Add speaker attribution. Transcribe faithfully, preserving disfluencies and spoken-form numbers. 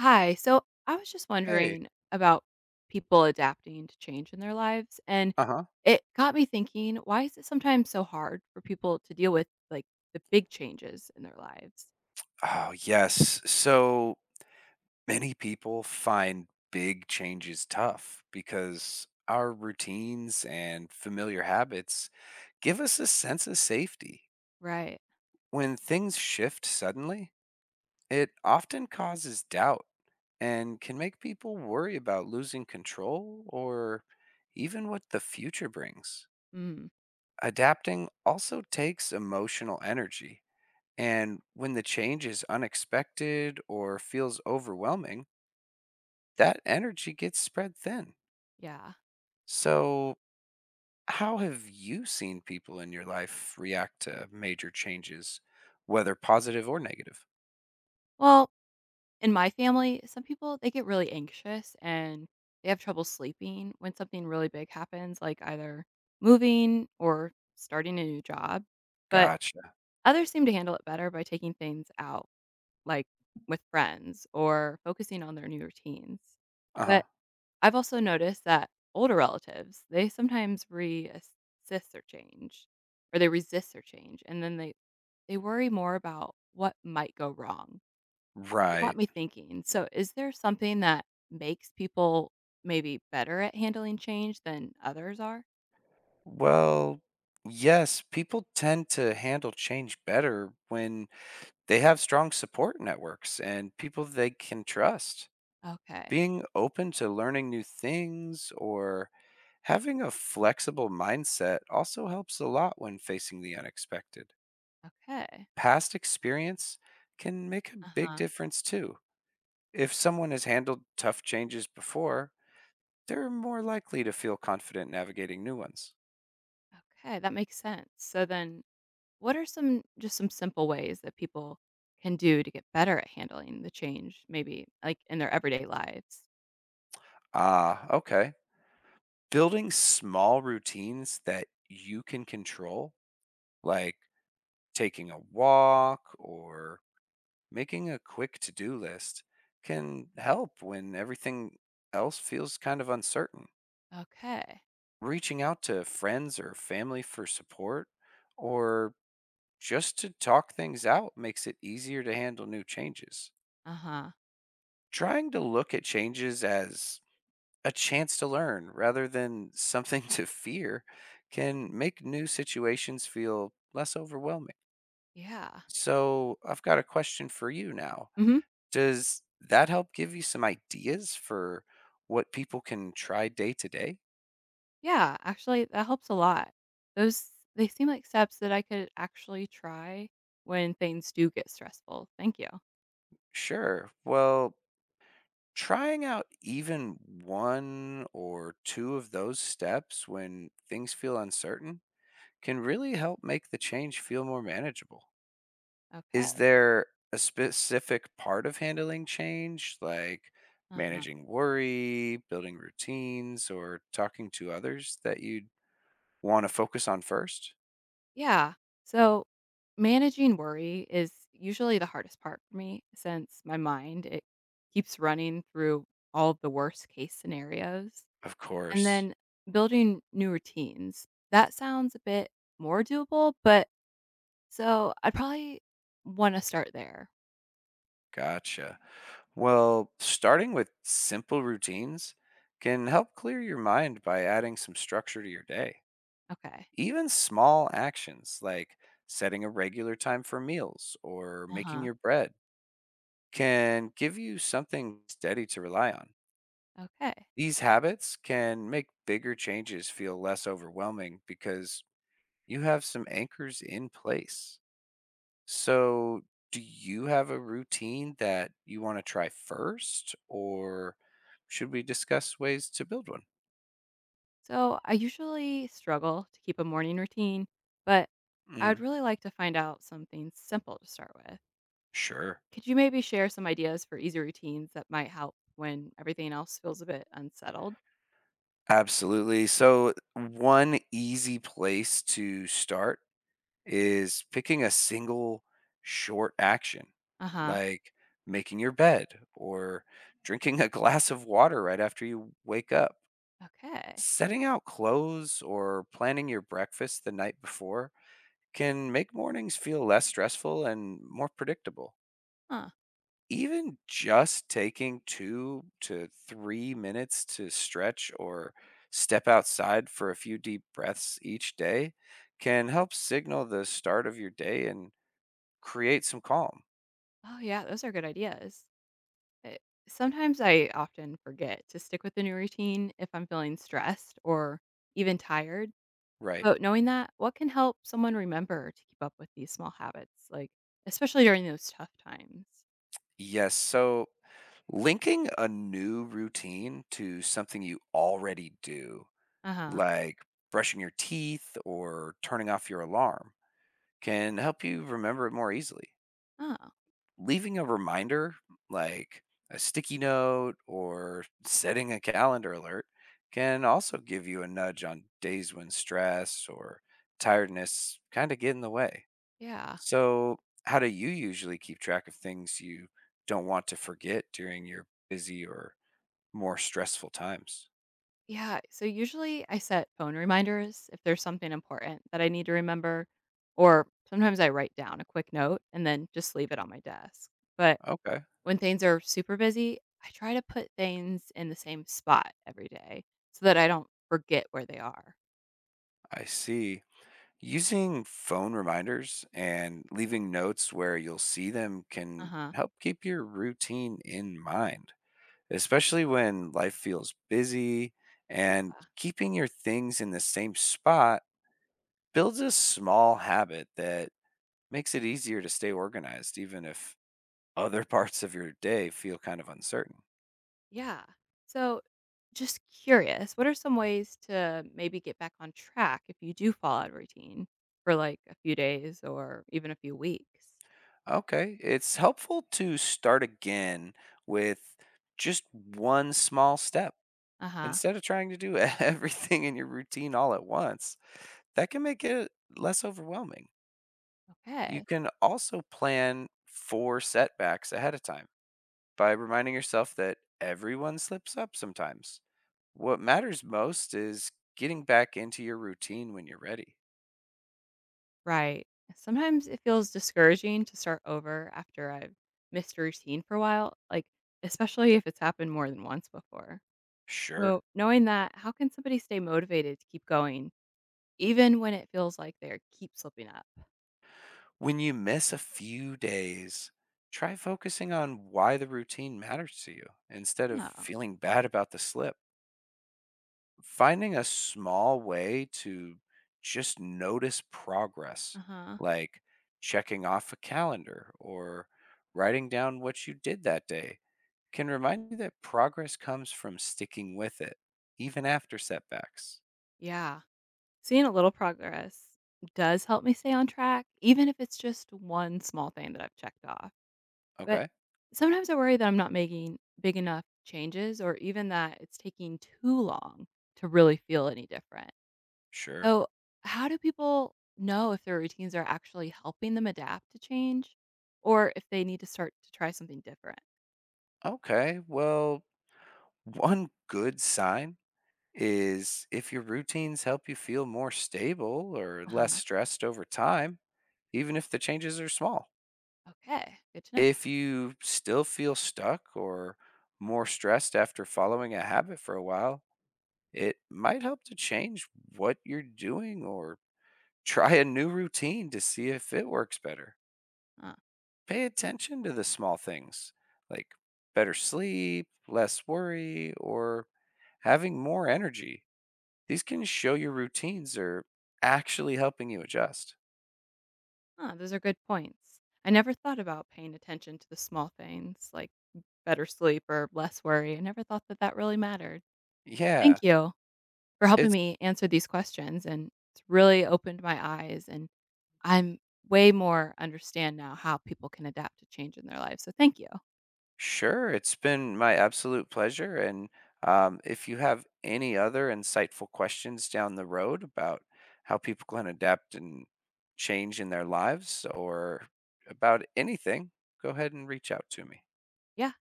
Speaker 1: Hi. So I was just
Speaker 2: Hey.
Speaker 1: wondering about people adapting to change in their lives. And
Speaker 2: Uh-huh.
Speaker 1: it got me thinking, why is it sometimes so hard for people to deal with, like, the big changes in their lives?
Speaker 2: Oh, yes. So many people find big changes tough because our routines and familiar habits give us a sense of safety.
Speaker 1: Right.
Speaker 2: When things shift suddenly, it often causes doubt and can make people worry about losing control or even what the future brings.
Speaker 1: Mm,
Speaker 2: Adapting also takes emotional energy. And when the change is unexpected or feels overwhelming, that energy gets spread thin.
Speaker 1: yeah.
Speaker 2: So, how have you seen people in your life react to major changes, whether positive or negative?
Speaker 1: Well, in my family, some people they get really anxious and they have trouble sleeping when something really big happens, like either moving or starting a new job. But
Speaker 2: Gotcha.
Speaker 1: others seem to handle it better by taking things out, like, with friends or focusing on their new routines.
Speaker 2: Uh huh.
Speaker 1: But I've also noticed that older relatives, they sometimes resist their change, or they resist their change and then they they worry more about what might go wrong. It got
Speaker 2: Right.
Speaker 1: me thinking. So is there something that makes people maybe better at handling change than others are?
Speaker 2: Well, yes, people tend to handle change better when they have strong support networks and people they can trust.
Speaker 1: Okay.
Speaker 2: Being open to learning new things or having a flexible mindset also helps a lot when facing the unexpected.
Speaker 1: Okay.
Speaker 2: Past experience can make a big
Speaker 1: Uh-huh.
Speaker 2: difference too. If someone has handled tough changes before, they're more likely to feel confident navigating new ones.
Speaker 1: Okay, that makes sense. So then, what are some, just some simple ways that people can do to get better at handling the change, maybe like in their everyday lives?
Speaker 2: Ah, okay. Building small routines that you can control, like taking a walk or making a quick to do list, can help when everything else feels kind of uncertain.
Speaker 1: Okay.
Speaker 2: Reaching out to friends or family for support or just to talk things out makes it easier to handle new changes.
Speaker 1: Uh huh.
Speaker 2: Trying to look at changes as a chance to learn rather than something to fear can make new situations feel less overwhelming.
Speaker 1: Yeah.
Speaker 2: So, I've got a question for you now.
Speaker 1: Hmm.
Speaker 2: Does that help give you some ideas for what people can try day to day?
Speaker 1: Yeah. Actually, that helps a lot. Those they seem like steps that I could actually try when things do get stressful. Thank you.
Speaker 2: Sure. Well, trying out even one or two of those steps when things feel uncertain can really help make the change feel more manageable. Is
Speaker 1: Okay.
Speaker 2: there a specific part of handling change, like
Speaker 1: Uh huh.
Speaker 2: managing worry, building routines, or talking to others, that you'd want to focus on first?
Speaker 1: Yeah. So managing worry is usually the hardest part for me since my mind it keeps running through all of the worst case scenarios.
Speaker 2: Of
Speaker 1: And
Speaker 2: course.
Speaker 1: then building new routines. That sounds a bit more doable, but so I'd probably want to start there.
Speaker 2: Gotcha. Well, starting with simple routines can help clear your mind by adding some structure to your day.
Speaker 1: Okay.
Speaker 2: Even small actions like setting a regular time for meals or
Speaker 1: Uh
Speaker 2: making
Speaker 1: huh.
Speaker 2: your bread can give you something steady to rely on.
Speaker 1: Okay.
Speaker 2: These habits can make bigger changes feel less overwhelming because you have some anchors in place. So, do you have a routine that you want to try first, or should we discuss ways to build one?
Speaker 1: So I usually struggle to keep a morning routine, but I'd
Speaker 2: Mhm.
Speaker 1: really like to find out something simple to start with.
Speaker 2: Sure.
Speaker 1: Could you maybe share some ideas for easy routines that might help when everything else feels a bit unsettled?
Speaker 2: Absolutely. So, one easy place to start is picking a single short action,
Speaker 1: Uh huh.
Speaker 2: like making your bed or drinking a glass of water right after you wake up.
Speaker 1: Okay.
Speaker 2: Setting out clothes or planning your breakfast the night before can make mornings feel less stressful and more predictable.
Speaker 1: Huh.
Speaker 2: Even just taking two to three minutes to stretch or step outside for a few deep breaths each day can help signal the start of your day and create some calm.
Speaker 1: Oh, yeah. Those are good ideas. Eh, Sometimes I often forget to stick with the new routine if I'm feeling stressed or even tired.
Speaker 2: Right.
Speaker 1: So, knowing that, what can help someone remember to keep up with these small habits, like especially during those tough times?
Speaker 2: Yes. So linking a new routine to something you already do,
Speaker 1: Uh huh.
Speaker 2: like brushing your teeth or turning off your alarm, can help you remember it more easily.
Speaker 1: Oh,
Speaker 2: Leaving a reminder like a sticky note or setting a calendar alert can also give you a nudge on days when stress or tiredness kind of get in the way.
Speaker 1: yeah.
Speaker 2: So, how do you usually keep track of things you don't want to forget during your busy or more stressful times?
Speaker 1: Yeah. So, usually I set phone reminders if there's something important that I need to remember, or sometimes I write down a quick note and then just leave it on my desk. But
Speaker 2: Okay,
Speaker 1: when things are super busy, I try to put things in the same spot every day so that I don't forget where they are.
Speaker 2: I see. Using phone reminders and leaving notes where you'll see them can
Speaker 1: Uh-huh.
Speaker 2: help keep your routine in mind, especially when life feels busy, and
Speaker 1: Uh,
Speaker 2: keeping your things in the same spot builds a small habit that makes it easier to stay organized even if other parts of your day feel kind of uncertain.
Speaker 1: Yeah. So, just curious, what are some ways to maybe get back on track if you do fall out of routine for like a few days or even a few weeks?
Speaker 2: Okay, it's helpful to start again with just one small step
Speaker 1: Uh-huh.
Speaker 2: instead of trying to do everything in your routine all at once. That can make it less overwhelming. You
Speaker 1: Okay.
Speaker 2: can also plan for setbacks ahead of time by reminding yourself that everyone slips up sometimes. What matters most is getting back into your routine when you're ready.
Speaker 1: Right. Sometimes it feels discouraging to start over after I've missed a routine for a while, like especially if it's happened more than once before.
Speaker 2: Sure.
Speaker 1: So, knowing that, how can somebody stay motivated to keep going even when it feels like they are keep slipping up?
Speaker 2: When you miss a few days, try focusing on why the routine matters to you instead of
Speaker 1: Oh,
Speaker 2: feeling bad about the slip. Finding a small way to just notice
Speaker 1: uh
Speaker 2: progress,
Speaker 1: huh.
Speaker 2: like checking off a calendar or writing down what you did that day, can remind you that progress comes from sticking with it, even after setbacks.
Speaker 1: Yeah. Seeing a little progress does help me stay on track, even if it's just one small thing that I've checked off. But
Speaker 2: Okay,
Speaker 1: sometimes I worry that I'm not making big enough changes or even that it's taking too long to really feel any different.
Speaker 2: sure.
Speaker 1: So, how do people know if their routines are actually helping them adapt to change or if they need to start to try something different?
Speaker 2: Okay, well, one good sign is if your routines help you feel more stable or less
Speaker 1: Uh-huh.
Speaker 2: stressed over time, even if the changes are small.
Speaker 1: Okay, good to know.
Speaker 2: If you still feel stuck or more stressed after following a habit for a while, it might help to change what you're doing or try a new routine to see if it works better.
Speaker 1: Huh.
Speaker 2: Pay attention to the small things like better sleep, less worry, or having more energy. These can show your routines are actually helping you adjust.
Speaker 1: Huh, those are good points. I never thought about paying attention to the small things like better sleep or less worry. I never thought that that really mattered.
Speaker 2: Yeah,
Speaker 1: Thank you for helping
Speaker 2: it's
Speaker 1: me answer these questions and it's really opened my eyes and I'm way more understand now how people can adapt to change in their lives. So thank you.
Speaker 2: sure. It's been my absolute pleasure. And um, if you have any other insightful questions down the road about how people can adapt and change in their lives or about anything, go ahead and reach out to me.
Speaker 1: Yeah.